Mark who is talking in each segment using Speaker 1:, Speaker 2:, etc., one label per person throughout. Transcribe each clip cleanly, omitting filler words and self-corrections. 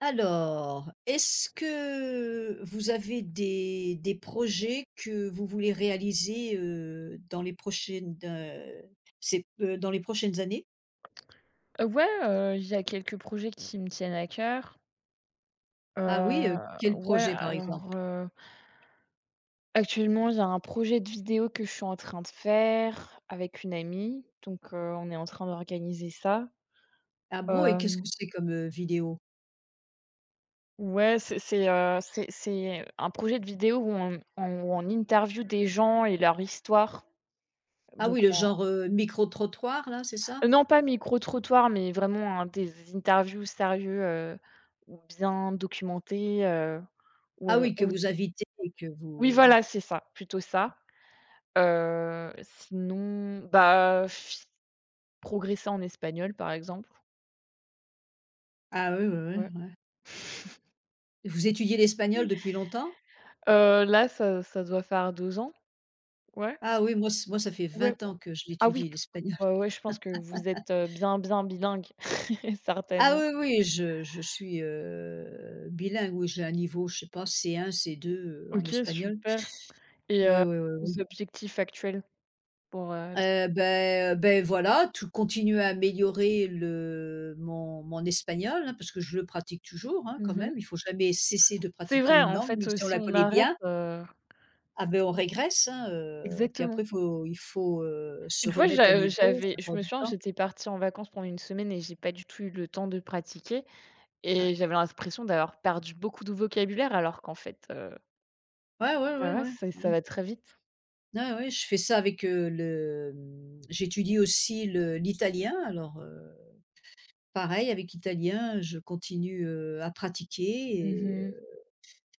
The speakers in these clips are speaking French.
Speaker 1: Alors, est-ce que vous avez des projets que vous voulez réaliser, dans les prochaines années?
Speaker 2: Ouais, il y a quelques projets qui me tiennent à cœur. Heu,
Speaker 1: Ah oui, quel
Speaker 2: ouais,
Speaker 1: projet par exemple?
Speaker 2: alors, actuellement, il y a un projet de vidéo que je suis en train de faire avec une amie, donc, on est en train d'organiser ça.
Speaker 1: Ah bon, et qu'est-ce
Speaker 2: Hem,
Speaker 1: que c'est comme, vidéo?
Speaker 2: ouais, c'est un projet de vidéo où on où on interviewe des gens et leur histoire,
Speaker 1: Ah
Speaker 2: donc
Speaker 1: oui, le
Speaker 2: on
Speaker 1: genre, micro-trottoir là, c'est ça?
Speaker 2: non, pas micro-trottoir, mais vraiment, hein, des interviews sérieux, ou bien documentées, où
Speaker 1: Ah
Speaker 2: on
Speaker 1: oui, que
Speaker 2: où
Speaker 1: vous invitez et que vous,
Speaker 2: oui, voilà, c'est ça, plutôt ça. Sinon, bah, progresser en espagnol, par exemple,
Speaker 1: ah oui, oui,
Speaker 2: ouais.
Speaker 1: oui, ouais. Vous étudiez l'espagnol depuis longtemps?
Speaker 2: Là, ça doit faire 2 ans, ouais,
Speaker 1: Ah oui, moi ça fait
Speaker 2: ouais.
Speaker 1: 20 ans que je
Speaker 2: Ah oui,
Speaker 1: l'étudie l'espagnol.
Speaker 2: ouais, ouais, je pense que vous êtes, bien, bien bilingue,
Speaker 1: Ah
Speaker 2: certainement.
Speaker 1: oui, oui, je suis, bilingue, oui, j'ai un niveau, je sais pas, c un c deux en
Speaker 2: OK,
Speaker 1: espagnol.
Speaker 2: super, et
Speaker 1: Oui, oui, ouais, ouais.
Speaker 2: vos objectifs actuels pour, b
Speaker 1: Beh voilà, tout continuer à améliorer le mon mon espagnol, hein, parce que je le pratique toujours, hein, quand même.
Speaker 2: Mmh.
Speaker 1: Il faut jamais cesser de
Speaker 2: C'est
Speaker 1: pratiquer
Speaker 2: vrai,
Speaker 1: une
Speaker 2: en
Speaker 1: langue,
Speaker 2: fait,
Speaker 1: même si on
Speaker 2: si
Speaker 1: la
Speaker 2: on
Speaker 1: connaît
Speaker 2: arrête,
Speaker 1: bien. Ah ben on régresse, hein, puis
Speaker 2: exactement.
Speaker 1: après faut il faut, se
Speaker 2: Une fois,
Speaker 1: remettre
Speaker 2: j'a
Speaker 1: à niveau,
Speaker 2: j'avais
Speaker 1: ça
Speaker 2: je
Speaker 1: prend
Speaker 2: me
Speaker 1: du
Speaker 2: souviens,
Speaker 1: temps.
Speaker 2: j'étais partie en vacances pendant une semaine et j'ai pas du tout eu le temps de pratiquer
Speaker 1: Ouais.
Speaker 2: et j'avais l'impression d'avoir perdu beaucoup de vocabulaire alors qu'en fait,
Speaker 1: Ouais, ouais, ouais,
Speaker 2: bah, ouais,
Speaker 1: ouais.
Speaker 2: c'est ça
Speaker 1: Ouais.
Speaker 2: va très vite.
Speaker 1: Ah ouais, je fais ça avec, j'étudie aussi le l'italien alors, pareil avec l'italien, je continue, à pratiquer et heu,
Speaker 2: Mmh.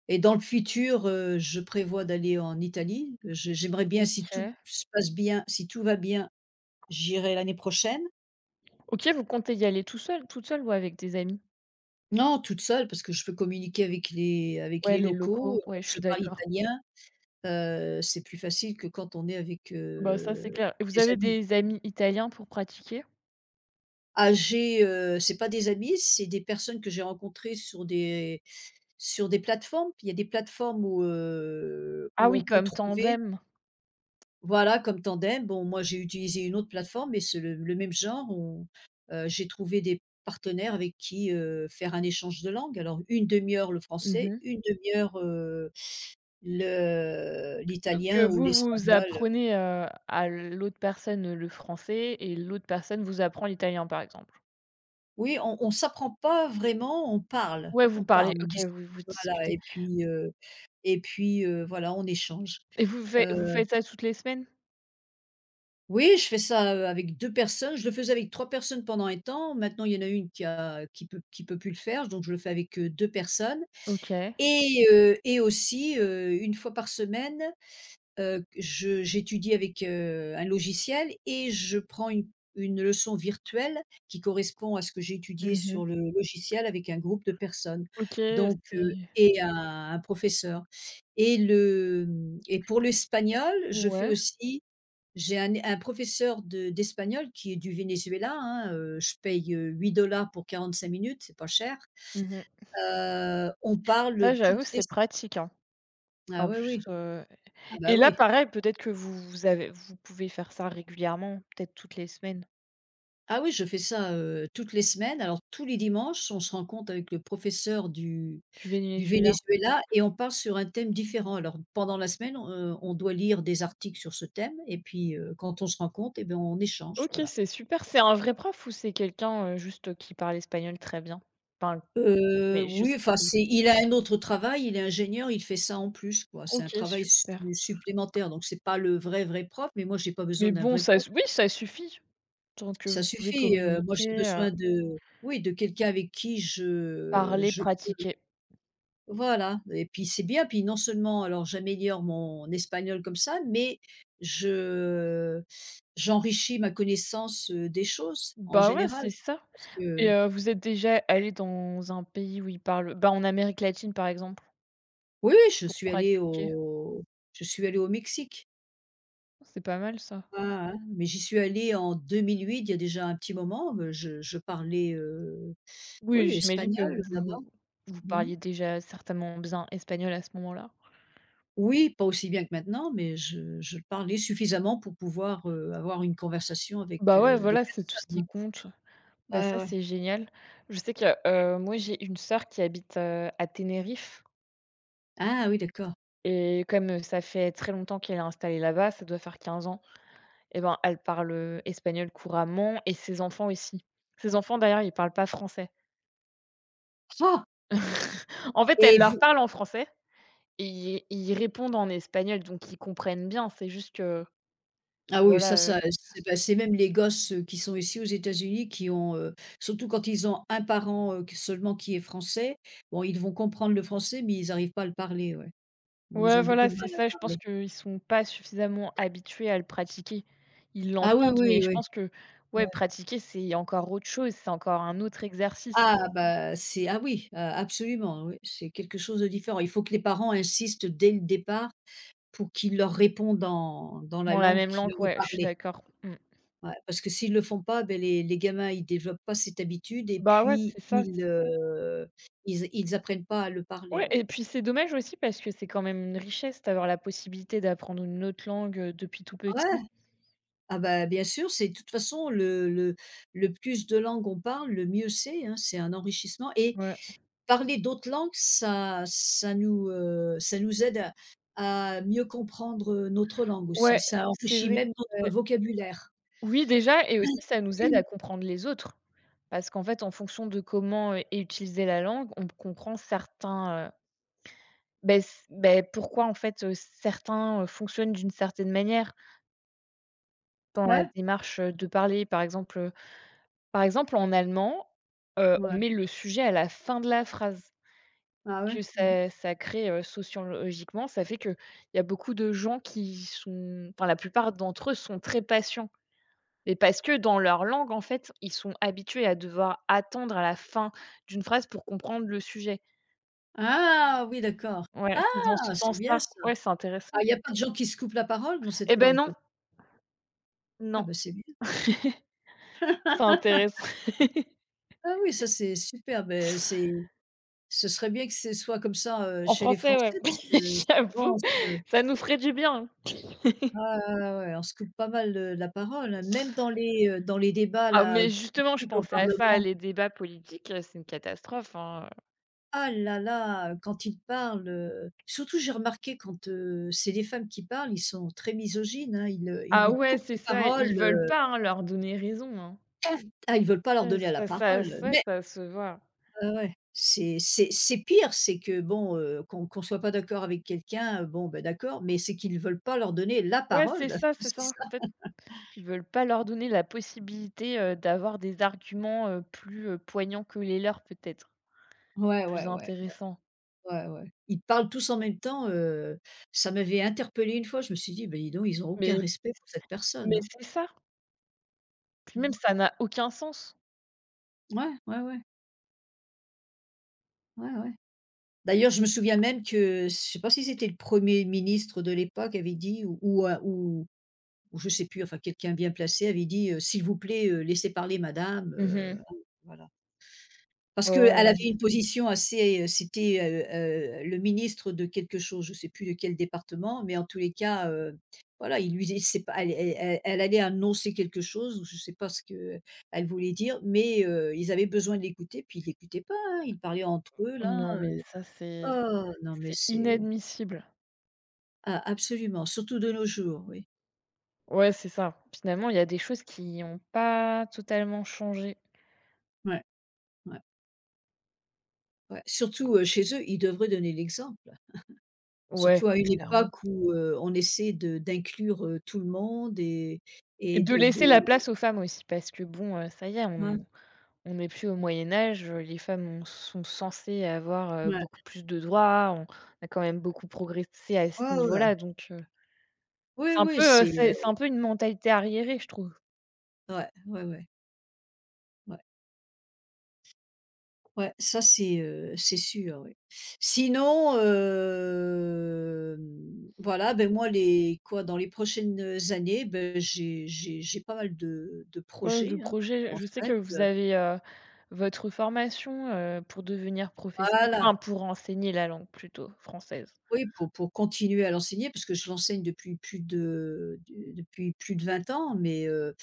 Speaker 1: et dans le futur, je prévois d'aller en Italie. J'aimerais bien, si tout
Speaker 2: OK.
Speaker 1: se passe bien, si tout va bien, j'irai l'année prochaine.
Speaker 2: OK, vous comptez y aller tout seul, toute seule, ou avec des amis?
Speaker 1: Non, toute seule parce que je peux communiquer avec les avec
Speaker 2: Ouais,
Speaker 1: les
Speaker 2: les
Speaker 1: locaux,
Speaker 2: locaux, ouais,
Speaker 1: comme
Speaker 2: je suis
Speaker 1: je parle
Speaker 2: d'accord.
Speaker 1: italien, c'est plus facile que quand on est avec,
Speaker 2: Bah, ça, c'est clair, et vous
Speaker 1: des
Speaker 2: avez
Speaker 1: amis.
Speaker 2: des amis italiens pour pratiquer?
Speaker 1: Âgés, c'est pas des amis, c'est des personnes que j'ai rencontrées sur des plateformes. Il y a des plateformes où, heu,
Speaker 2: Ah
Speaker 1: où
Speaker 2: oui,
Speaker 1: on peut
Speaker 2: comme
Speaker 1: trouver
Speaker 2: Tandem.
Speaker 1: voilà, comme Tandem. Bon, moi, j'ai utilisé une autre plateforme, mais c'est le même genre où, j'ai trouvé des partenaires avec qui, faire un échange de langue. Alors une demi heure le français,
Speaker 2: Mmh.
Speaker 1: une demi heure, le
Speaker 2: Donc
Speaker 1: l'italien ou
Speaker 2: vous
Speaker 1: l'espagnol.
Speaker 2: apprenez, à l'autre personne, le français, et l'autre personne vous apprend l'italien, par exemple?
Speaker 1: Oui, on s'apprend pas vraiment, on parle.
Speaker 2: Ouais, vous
Speaker 1: On
Speaker 2: parlez.
Speaker 1: parle, on
Speaker 2: OK,
Speaker 1: discute,
Speaker 2: vous vous
Speaker 1: voilà
Speaker 2: disputez?
Speaker 1: et puis, voilà, on échange.
Speaker 2: Et vous
Speaker 1: Heu,
Speaker 2: faites ça toutes les semaines?
Speaker 1: oui, je fais ça, avec 2 personnes. Je le faisais avec 3 personnes pendant un temps. Maintenant, il y en a une qui peut plus le faire, donc je le fais avec, 2 personnes,
Speaker 2: OK.
Speaker 1: et aussi, 1 fois par semaine. Je j'étudie avec, un logiciel et je prends une leçon virtuelle qui correspond à ce que j'ai étudié
Speaker 2: Mmh.
Speaker 1: sur le logiciel avec un groupe de personnes.
Speaker 2: OK,
Speaker 1: Donc
Speaker 2: c'est
Speaker 1: et un professeur et le, mmh et pour l'espagnol, je fais
Speaker 2: ouais.
Speaker 1: aussi, j'ai un professeur de d'espagnol qui est du Venezuela, hein, je paye, 8 dollars pour 45 minutes, c'est pas cher.
Speaker 2: Mmh.
Speaker 1: On
Speaker 2: Ça,
Speaker 1: parle
Speaker 2: j'avoue,
Speaker 1: toutes les...
Speaker 2: c'est pratique, hein.
Speaker 1: Ah
Speaker 2: En
Speaker 1: oui,
Speaker 2: plus,
Speaker 1: oui. Ah
Speaker 2: et
Speaker 1: bah
Speaker 2: là,
Speaker 1: oui.
Speaker 2: pareil, peut-être que vous pouvez faire ça régulièrement, peut-être toutes les semaines,
Speaker 1: Ah oui, je fais ça, toutes les semaines. Alors tous les dimanches, on se rencontre avec le professeur du
Speaker 2: du
Speaker 1: du
Speaker 2: Venezuela.
Speaker 1: Venezuela et on parle sur un thème différent. Alors pendant la semaine, on doit lire des articles sur ce thème et puis, quand on se rencontre et ben, on échange,
Speaker 2: OK,
Speaker 1: voilà.
Speaker 2: c'est super. C'est un vrai prof ou c'est quelqu'un, juste, qui parle espagnol très bien? Enfin,
Speaker 1: Heu,
Speaker 2: mais je
Speaker 1: oui,
Speaker 2: sais que
Speaker 1: enfin
Speaker 2: c'est...
Speaker 1: c'est il a un autre travail, il est ingénieur, il fait ça en plus, quoi. C'est un
Speaker 2: OK,
Speaker 1: travail
Speaker 2: super.
Speaker 1: su supplémentaire, donc c'est pas le vrai, vrai prof, mais moi j'ai pas besoin
Speaker 2: Mais
Speaker 1: d'un
Speaker 2: bon,
Speaker 1: vrai
Speaker 2: ça
Speaker 1: prof.
Speaker 2: s oui, ça suffit tant que
Speaker 1: Ça
Speaker 2: vous pouvez
Speaker 1: suffit, moi j'ai
Speaker 2: communiquer,
Speaker 1: besoin de, oui, de quelqu'un avec qui je
Speaker 2: parler,
Speaker 1: je
Speaker 2: pratiquer.
Speaker 1: voilà, et puis c'est bien, puis non seulement alors j'améliore mon espagnol comme ça, mais je j'enrichis ma connaissance, des choses en
Speaker 2: Bah, ouais,
Speaker 1: général.
Speaker 2: c'est ça.
Speaker 1: Parce
Speaker 2: Et
Speaker 1: que,
Speaker 2: vous êtes déjà allé dans un pays où ils parlent, bah, en Amérique latine, par exemple,
Speaker 1: oui, oui,
Speaker 2: pour pratiquer?
Speaker 1: je suis allée au Mexique.
Speaker 2: C'est pas mal, ça.
Speaker 1: Ah, hein, mais j'y suis allée en 2008. Il y a déjà un petit moment, je parlais, oui,
Speaker 2: Oui, j'imagine que
Speaker 1: espagnol là-bas.
Speaker 2: vous
Speaker 1: Mmh.
Speaker 2: parliez déjà certainement bien espagnol à ce moment-là.
Speaker 1: Oui, pas aussi bien que maintenant, mais je parlais suffisamment pour pouvoir, avoir une conversation avec,
Speaker 2: Bah, ouais,
Speaker 1: des
Speaker 2: voilà, c'est tout ce qui
Speaker 1: personnes, hein.
Speaker 2: compte. Bah,
Speaker 1: Ouais,
Speaker 2: ça,
Speaker 1: ouais.
Speaker 2: c'est génial. Je sais que, moi, j'ai une sœur qui habite, à Tenerife,
Speaker 1: Ah oui, d'accord.
Speaker 2: et comme, ça fait très longtemps qu'elle est installée là-bas, ça doit faire 15 ans, et ben, elle parle, espagnol couramment, et ses enfants aussi. Ses enfants, d'ailleurs, ils parlent pas français.
Speaker 1: Ah!
Speaker 2: En fait, elle
Speaker 1: Et
Speaker 2: leur
Speaker 1: vous
Speaker 2: parle en français et ils répondent en espagnol, donc ils comprennent bien. C'est juste que
Speaker 1: Ah oui, ça
Speaker 2: voilà,
Speaker 1: ça, c'est même les gosses, qui sont ici aux États-Unis qui ont, surtout quand ils ont un parent, qui est français, bon, ils vont comprendre le français, mais ils arrivent pas à le parler, ouais. Ou ils
Speaker 2: ouais,
Speaker 1: ont beaucoup
Speaker 2: voilà,
Speaker 1: de
Speaker 2: c'est
Speaker 1: mal
Speaker 2: ça. Je
Speaker 1: à
Speaker 2: pense
Speaker 1: parler.
Speaker 2: qu'ils sont pas suffisamment habitués à le pratiquer. Ils
Speaker 1: Ah oui,
Speaker 2: l'entendent, mais
Speaker 1: oui,
Speaker 2: je
Speaker 1: oui.
Speaker 2: pense que ouais,
Speaker 1: Ouais.
Speaker 2: pratiquer, c'est encore autre chose, c'est encore un autre exercice
Speaker 1: Ah bah, c'est ah oui, absolument, oui, c'est quelque chose de différent. Il faut que les parents insistent dès le départ pour qu'ils leur répondent dans la
Speaker 2: dans la
Speaker 1: langue
Speaker 2: même
Speaker 1: qui leur
Speaker 2: langue.
Speaker 1: est
Speaker 2: Ouais, je suis
Speaker 1: parlée.
Speaker 2: d'accord. Mmh.
Speaker 1: Ouais, parce que s'ils le font pas, ben les gamins, ils développent pas cette habitude et
Speaker 2: Bah, ouais,
Speaker 1: puis
Speaker 2: c'est ça. C
Speaker 1: ils apprennent pas à le
Speaker 2: Ouais,
Speaker 1: parler, ouais.
Speaker 2: et puis c'est dommage aussi parce que c'est quand même une richesse d'avoir la possibilité d'apprendre une autre langue, depuis tout petit.
Speaker 1: Ouais, ah bah, bien sûr, c'est de toute façon le plus de langues on parle, le mieux c'est, hein, c'est un enrichissement et
Speaker 2: Ouais.
Speaker 1: parler d'autres langues, ça nous aide à mieux comprendre, notre langue aussi.
Speaker 2: Ouais,
Speaker 1: Ça
Speaker 2: c'est
Speaker 1: enrichit
Speaker 2: vrai.
Speaker 1: même notre vocabulaire.
Speaker 2: Oui, déjà, et aussi ça nous aide à comprendre les autres. Parce qu'en fait, en fonction de comment est utilisée la langue, on comprend certains, beh, pourquoi en fait, certains, fonctionnent d'une certaine manière dans la
Speaker 1: Ouais,
Speaker 2: démarche, de parler. Par exemple, en allemand, on
Speaker 1: ouais.
Speaker 2: met le sujet à la fin de la phrase,
Speaker 1: Ah ouais.
Speaker 2: que
Speaker 1: Mmh.
Speaker 2: ça crée, sociologiquement, ça fait qu'il y a beaucoup de gens qui sont, enfin, la plupart d'entre eux sont très patients. Mais parce que dans leur langue, en fait, ils sont habitués à devoir attendre à la fin d'une phrase pour comprendre le sujet.
Speaker 1: Ah oui, d'accord.
Speaker 2: Ouais, c'est dans ce
Speaker 1: Ah, c'est bien
Speaker 2: sens-là.
Speaker 1: ça!
Speaker 2: Ouais, c'est
Speaker 1: Ah,
Speaker 2: intéressant.
Speaker 1: il n'y a pas de gens qui se coupent la parole dans
Speaker 2: Eh
Speaker 1: cette
Speaker 2: ben
Speaker 1: langue
Speaker 2: non,
Speaker 1: peut-être? Ah
Speaker 2: non,
Speaker 1: bah, c'est bien.
Speaker 2: c'est intéressant.
Speaker 1: Ah oui, ça c'est super, beh, c'est ce serait bien que ce soit comme ça,
Speaker 2: En
Speaker 1: chez les
Speaker 2: français, ouais,
Speaker 1: Français parce que souvent
Speaker 2: j'avoue,
Speaker 1: on se...
Speaker 2: ça nous ferait du bien.
Speaker 1: Ah ouais, ouais, ouais, on se coupe pas mal, la parole, hein, même dans les débats
Speaker 2: Ah,
Speaker 1: là,
Speaker 2: mais justement, je
Speaker 1: politiques au
Speaker 2: pensais à ça,
Speaker 1: parlement.
Speaker 2: les débats politiques, c'est une catastrophe, hein.
Speaker 1: Ah là là, quand ils parlent, surtout j'ai remarqué quand, c'est les femmes qui parlent, ils sont très misogynes, hein, ils
Speaker 2: Ah
Speaker 1: lui
Speaker 2: ouais,
Speaker 1: coupent
Speaker 2: c'est
Speaker 1: la
Speaker 2: ça,
Speaker 1: parole,
Speaker 2: ils veulent pas, hein, leur donner raison, hein.
Speaker 1: ah ils veulent pas leur
Speaker 2: Ouais,
Speaker 1: donner la
Speaker 2: ça ça
Speaker 1: parole,
Speaker 2: ça ça se voit.
Speaker 1: ah ouais, c'est pire, c'est que bon, qu'on soit pas d'accord avec quelqu'un, bon, ben d'accord, mais c'est qu'ils ne veulent pas leur donner la
Speaker 2: Ouais, c'est
Speaker 1: parole,
Speaker 2: ça, c'est
Speaker 1: c'est
Speaker 2: ça. En
Speaker 1: ça?
Speaker 2: fait, ils veulent pas leur donner la possibilité, d'avoir des arguments, plus, poignants que les leurs peut-être,
Speaker 1: Ouais,
Speaker 2: plus
Speaker 1: ouais, ouais,
Speaker 2: intéressants.
Speaker 1: ouais, ouais. Ils parlent tous en même temps, ça m'avait interpellée une fois, je me suis dit: «Ben dis donc, ils ont aucun
Speaker 2: Mais
Speaker 1: respect pour cette personne,
Speaker 2: mais
Speaker 1: hein».
Speaker 2: c'est ça. Puis même
Speaker 1: Mmh.
Speaker 2: ça n'a aucun sens.
Speaker 1: Ouais, ouais, ouais, ouais, ouais. D'ailleurs, je me souviens même que, je sais pas si c'était le premier ministre de l'époque avait dit ou un ou je sais plus, enfin quelqu'un bien placé avait dit, «S'il vous plaît, laissez parler madame»,
Speaker 2: Mmh.
Speaker 1: voilà. Parce
Speaker 2: Ouais,
Speaker 1: qu'elle
Speaker 2: ouais,
Speaker 1: avait une position assez, c'était, le ministre de quelque chose, je ne sais plus de quel département, mais en tous les cas, voilà, il lui c'est pas elle allait annoncer quelque chose ou je ne sais pas ce que elle voulait dire, mais ils avaient besoin de l'écouter, puis ils l'écoutaient pas, hein, ils parlaient entre eux là,
Speaker 2: non, mais ça, c'est
Speaker 1: oh non mais
Speaker 2: c'est
Speaker 1: c'est
Speaker 2: inadmissible.
Speaker 1: ah absolument, surtout de nos jours, oui.
Speaker 2: Ouais, c'est ça. Finalement, il y a des choses qui ont pas totalement changé.
Speaker 1: Ouais, ouais, ouais. Surtout, chez eux, ils devraient donner l'exemple.
Speaker 2: Ouais,
Speaker 1: Surtout à une
Speaker 2: clairement.
Speaker 1: époque où, on essaie de d'inclure, tout le monde
Speaker 2: Et
Speaker 1: et
Speaker 2: de laisser la
Speaker 1: de
Speaker 2: place aux femmes aussi parce que bon, ça y est,
Speaker 1: ouais,
Speaker 2: on n'est plus au Moyen Âge, les femmes ont sont censées avoir,
Speaker 1: ouais.
Speaker 2: beaucoup plus de droits, on a quand même beaucoup progressé à ce
Speaker 1: Ouais, ouais.
Speaker 2: niveau-là, donc
Speaker 1: Oui,
Speaker 2: c'est un
Speaker 1: oui,
Speaker 2: peu,
Speaker 1: c'est,
Speaker 2: c'est un peu une mentalité arriérée, je trouve.
Speaker 1: ouais, ouais, ouais, ouais, ouais, ça c'est sûr, oui. Sinon, voilà, ben moi les quoi? Dans les prochaines années, ben j'ai pas mal de
Speaker 2: Ouais, de
Speaker 1: projets, hein,
Speaker 2: projet,
Speaker 1: en
Speaker 2: je sais que
Speaker 1: fait,
Speaker 2: vous avez, votre formation, pour devenir professeur,
Speaker 1: voilà.
Speaker 2: enfin pour enseigner la langue, plutôt française.
Speaker 1: Oui, pour continuer à l'enseigner parce que je l'enseigne depuis plus de 20 ans, mais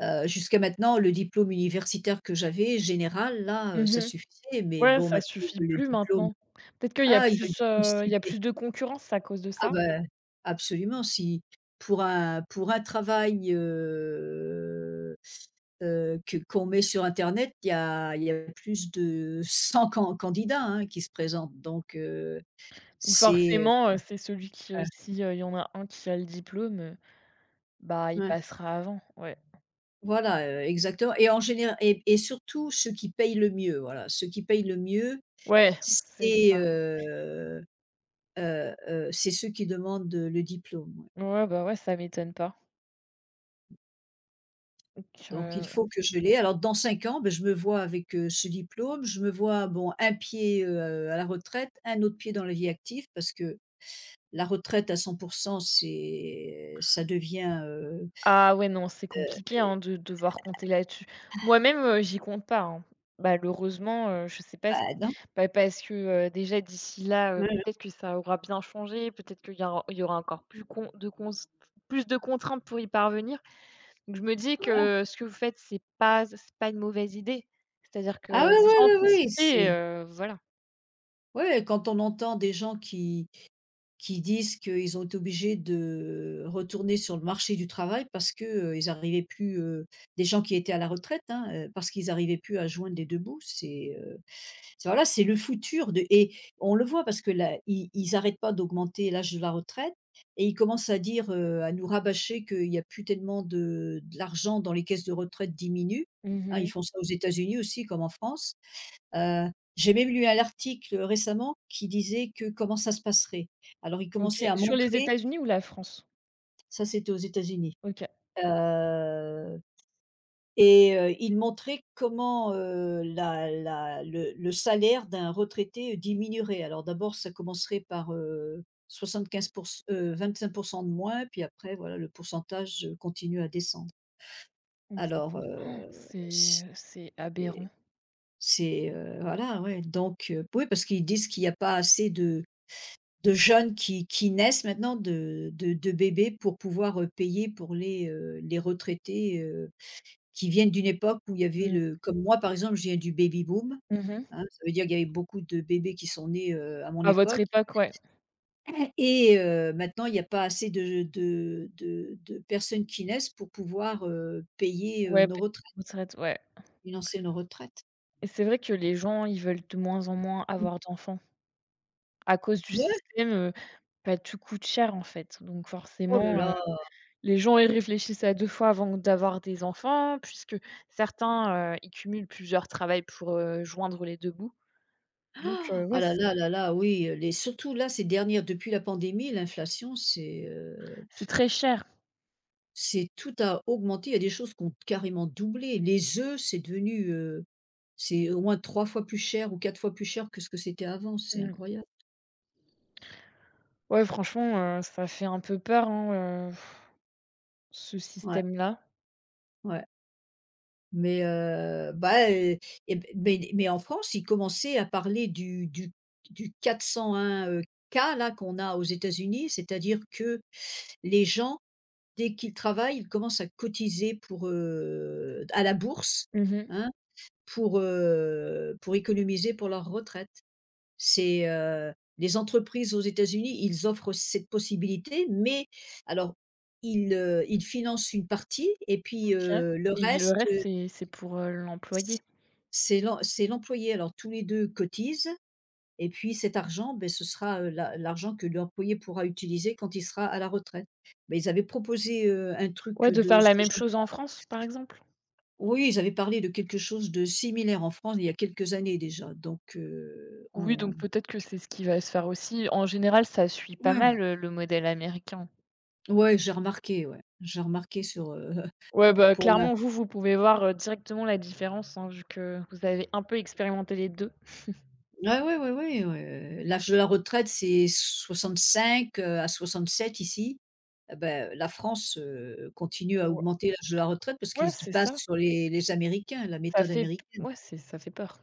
Speaker 1: Jusqu'à maintenant, le diplôme universitaire que j'avais, général, là, ça
Speaker 2: Mmh.
Speaker 1: suffisait, mais
Speaker 2: Ouais,
Speaker 1: bon,
Speaker 2: ça
Speaker 1: maintenant,
Speaker 2: suffit
Speaker 1: ils veulent le
Speaker 2: plus
Speaker 1: diplôme
Speaker 2: maintenant. Peut-être qu'
Speaker 1: ah, ils veulent le diplôme
Speaker 2: il y a
Speaker 1: ciblé.
Speaker 2: plus de concurrence à cause de
Speaker 1: Ah
Speaker 2: ça?
Speaker 1: ben, absolument, si pour un travail, que qu'on met sur internet, il y a plus de 100 candidats, hein, qui se présentent, donc
Speaker 2: Donc
Speaker 1: c'est,
Speaker 2: forcément, c'est celui qui,
Speaker 1: ouais,
Speaker 2: si, y en a un qui a le diplôme, bah, il
Speaker 1: ouais,
Speaker 2: passera avant, ouais.
Speaker 1: voilà, exactement, et en général, et surtout ceux qui payent le mieux, voilà, ceux qui payent le mieux.
Speaker 2: Ouais, c'est
Speaker 1: C'est,
Speaker 2: ça.
Speaker 1: heu c'est ceux qui demandent, le diplôme, ouais.
Speaker 2: Ouais, bah, ouais, ça m'étonne pas. Donc,
Speaker 1: Donc il faut que je l'ai. Alors dans 5 ans, beh, je me vois avec, ce diplôme. Je me vois, bon, un pied, à la retraite, un autre pied dans la vie active parce que la retraite à 100%, c'est ça devient,
Speaker 2: ah ouais, non, c'est
Speaker 1: heu,
Speaker 2: compliqué, hein, de devoir compter là-dessus. Moi-même, j'y compte pas, hein. Malheureusement, je sais pas si,
Speaker 1: bah, non.
Speaker 2: bah, parce que, déjà d'ici là,
Speaker 1: Ouais, ouais,
Speaker 2: peut-être que ça aura bien changé, peut-être qu'il y aura encore plus de contraintes pour y parvenir. Donc je me dis
Speaker 1: voilà.
Speaker 2: que ce que vous faites, c'est pas une mauvaise idée. C'est-à-dire que
Speaker 1: Ah oui,
Speaker 2: vous
Speaker 1: oui, oui, oui,
Speaker 2: anticipez,
Speaker 1: c'est
Speaker 2: voilà.
Speaker 1: ouais, quand on entend des gens qui disent qu'ils ont été obligés de retourner sur le marché du travail parce que, ils arrivaient plus, des gens qui étaient à la retraite, hein, parce qu'ils n'arrivaient plus à joindre les 2 bouts. C'est, voilà, c'est le futur de, et on le voit parce que là, ils n'arrêtent pas d'augmenter l'âge de la retraite et ils commencent à dire, à nous rabâcher qu'il y a plus tellement de l'argent dans les caisses de retraite diminue, hein, ils
Speaker 2: Mmh.
Speaker 1: font ça aux États-Unis aussi comme en France. J'ai même lu un article récemment qui disait que comment ça se passerait. Alors il
Speaker 2: OK.
Speaker 1: commençait à
Speaker 2: Sur les
Speaker 1: montrer,
Speaker 2: États-Unis ou la France?
Speaker 1: ça c'était aux États-Unis,
Speaker 2: OK.
Speaker 1: heu et il montrait comment, la la le salaire d'un retraité diminuerait. Alors d'abord ça commencerait par, 75, 25 de moins, puis après voilà le pourcentage, continue à descendre. Alors,
Speaker 2: 25. Han! C'est aberrant.
Speaker 1: voilà ouais donc, oui parce qu'ils disent qu'il n'y a pas assez de jeunes qui naissent maintenant de bébés pour pouvoir, payer pour les retraités, qui viennent d'une époque où il y avait
Speaker 2: Mmh.
Speaker 1: le... Comme moi par exemple, je viens du baby boom,
Speaker 2: Mmh mh.
Speaker 1: hein, ça veut dire qu'il y avait beaucoup de bébés qui sont nés, à mon
Speaker 2: À votre
Speaker 1: époque
Speaker 2: époque, ouais.
Speaker 1: et maintenant il y a pas assez de personnes qui naissent pour pouvoir, payer,
Speaker 2: Ouais, p retraite, ouais.
Speaker 1: financer nos retraites.
Speaker 2: Et c'est vrai que les gens, ils veulent de moins en moins
Speaker 1: Mmh.
Speaker 2: avoir d'enfants. À cause du
Speaker 1: Ouais,
Speaker 2: système, bah, tout coûte cher, en fait. Donc
Speaker 1: oh là
Speaker 2: forcément,
Speaker 1: là,
Speaker 2: les gens, ils réfléchissent à 2 fois avant d'avoir des enfants, puisque certains, ils cumulent plusieurs travails pour, joindre les 2 bouts. Donc
Speaker 1: ah
Speaker 2: ouais,
Speaker 1: là là là là, oui, les surtout là ces dernières, depuis la pandémie, l'inflation,
Speaker 2: c'est très cher.
Speaker 1: c'est tout a augmenté, il y a des choses qui ont carrément doublé. Les œufs, c'est au moins 3 fois plus cher ou 4 fois plus cher que ce que c'était avant, c'est
Speaker 2: Mmh.
Speaker 1: incroyable.
Speaker 2: Ouais, franchement, ça fait un peu peur, hein, ce
Speaker 1: Ouais,
Speaker 2: système-là.
Speaker 1: ouais, mais bah, et b mais en France, ils commençaient à parler du 401, K là qu'on a aux États-Unis, c'est-à-dire que les gens, dès qu'ils travaillent, ils commencent à cotiser à la bourse,
Speaker 2: Mmh.
Speaker 1: hein, pour économiser pour leur retraite. C'est, les entreprises aux États-Unis, ils offrent cette possibilité, mais alors ils financent une partie et puis,
Speaker 2: OK.
Speaker 1: le
Speaker 2: Et le
Speaker 1: reste,
Speaker 2: reste, c'est pour, l'employé?
Speaker 1: c'est c'est l'employé. Alors tous les 2 cotisent et puis cet argent, ben ce sera, l'argent que l'employé pourra utiliser quand il sera à la retraite. Beh, ils avaient proposé, un
Speaker 2: Ouais,
Speaker 1: truc
Speaker 2: de faire
Speaker 1: de
Speaker 2: la
Speaker 1: ce
Speaker 2: même
Speaker 1: genre.
Speaker 2: chose en France, par exemple?
Speaker 1: Oui, ils avaient parlé de quelque chose de similaire en France il y a quelques années déjà, donc,
Speaker 2: Oui, donc
Speaker 1: on
Speaker 2: peut-être que c'est ce qui va se faire aussi. En général, ça suit pas
Speaker 1: ouais.
Speaker 2: mal, le modèle américain.
Speaker 1: Ouais. J'ai remarqué sur,
Speaker 2: Ouais, bah,
Speaker 1: pour la...
Speaker 2: clairement, vous pouvez voir, directement la différence, hein, vu que vous avez un peu expérimenté les 2.
Speaker 1: Ah ouais, ouais, ouais, ouais, l'âge de la retraite, c'est 65, à 67 ici. Ah bah, la France, continue à
Speaker 2: Ou
Speaker 1: augmenter l'âge de la retraite parce
Speaker 2: Ouais,
Speaker 1: qu'ils se
Speaker 2: c'est
Speaker 1: basent
Speaker 2: ça.
Speaker 1: sur les Américains, la
Speaker 2: Ça
Speaker 1: méthode
Speaker 2: fait...
Speaker 1: américaine.
Speaker 2: ouais, c'est ça fait peur.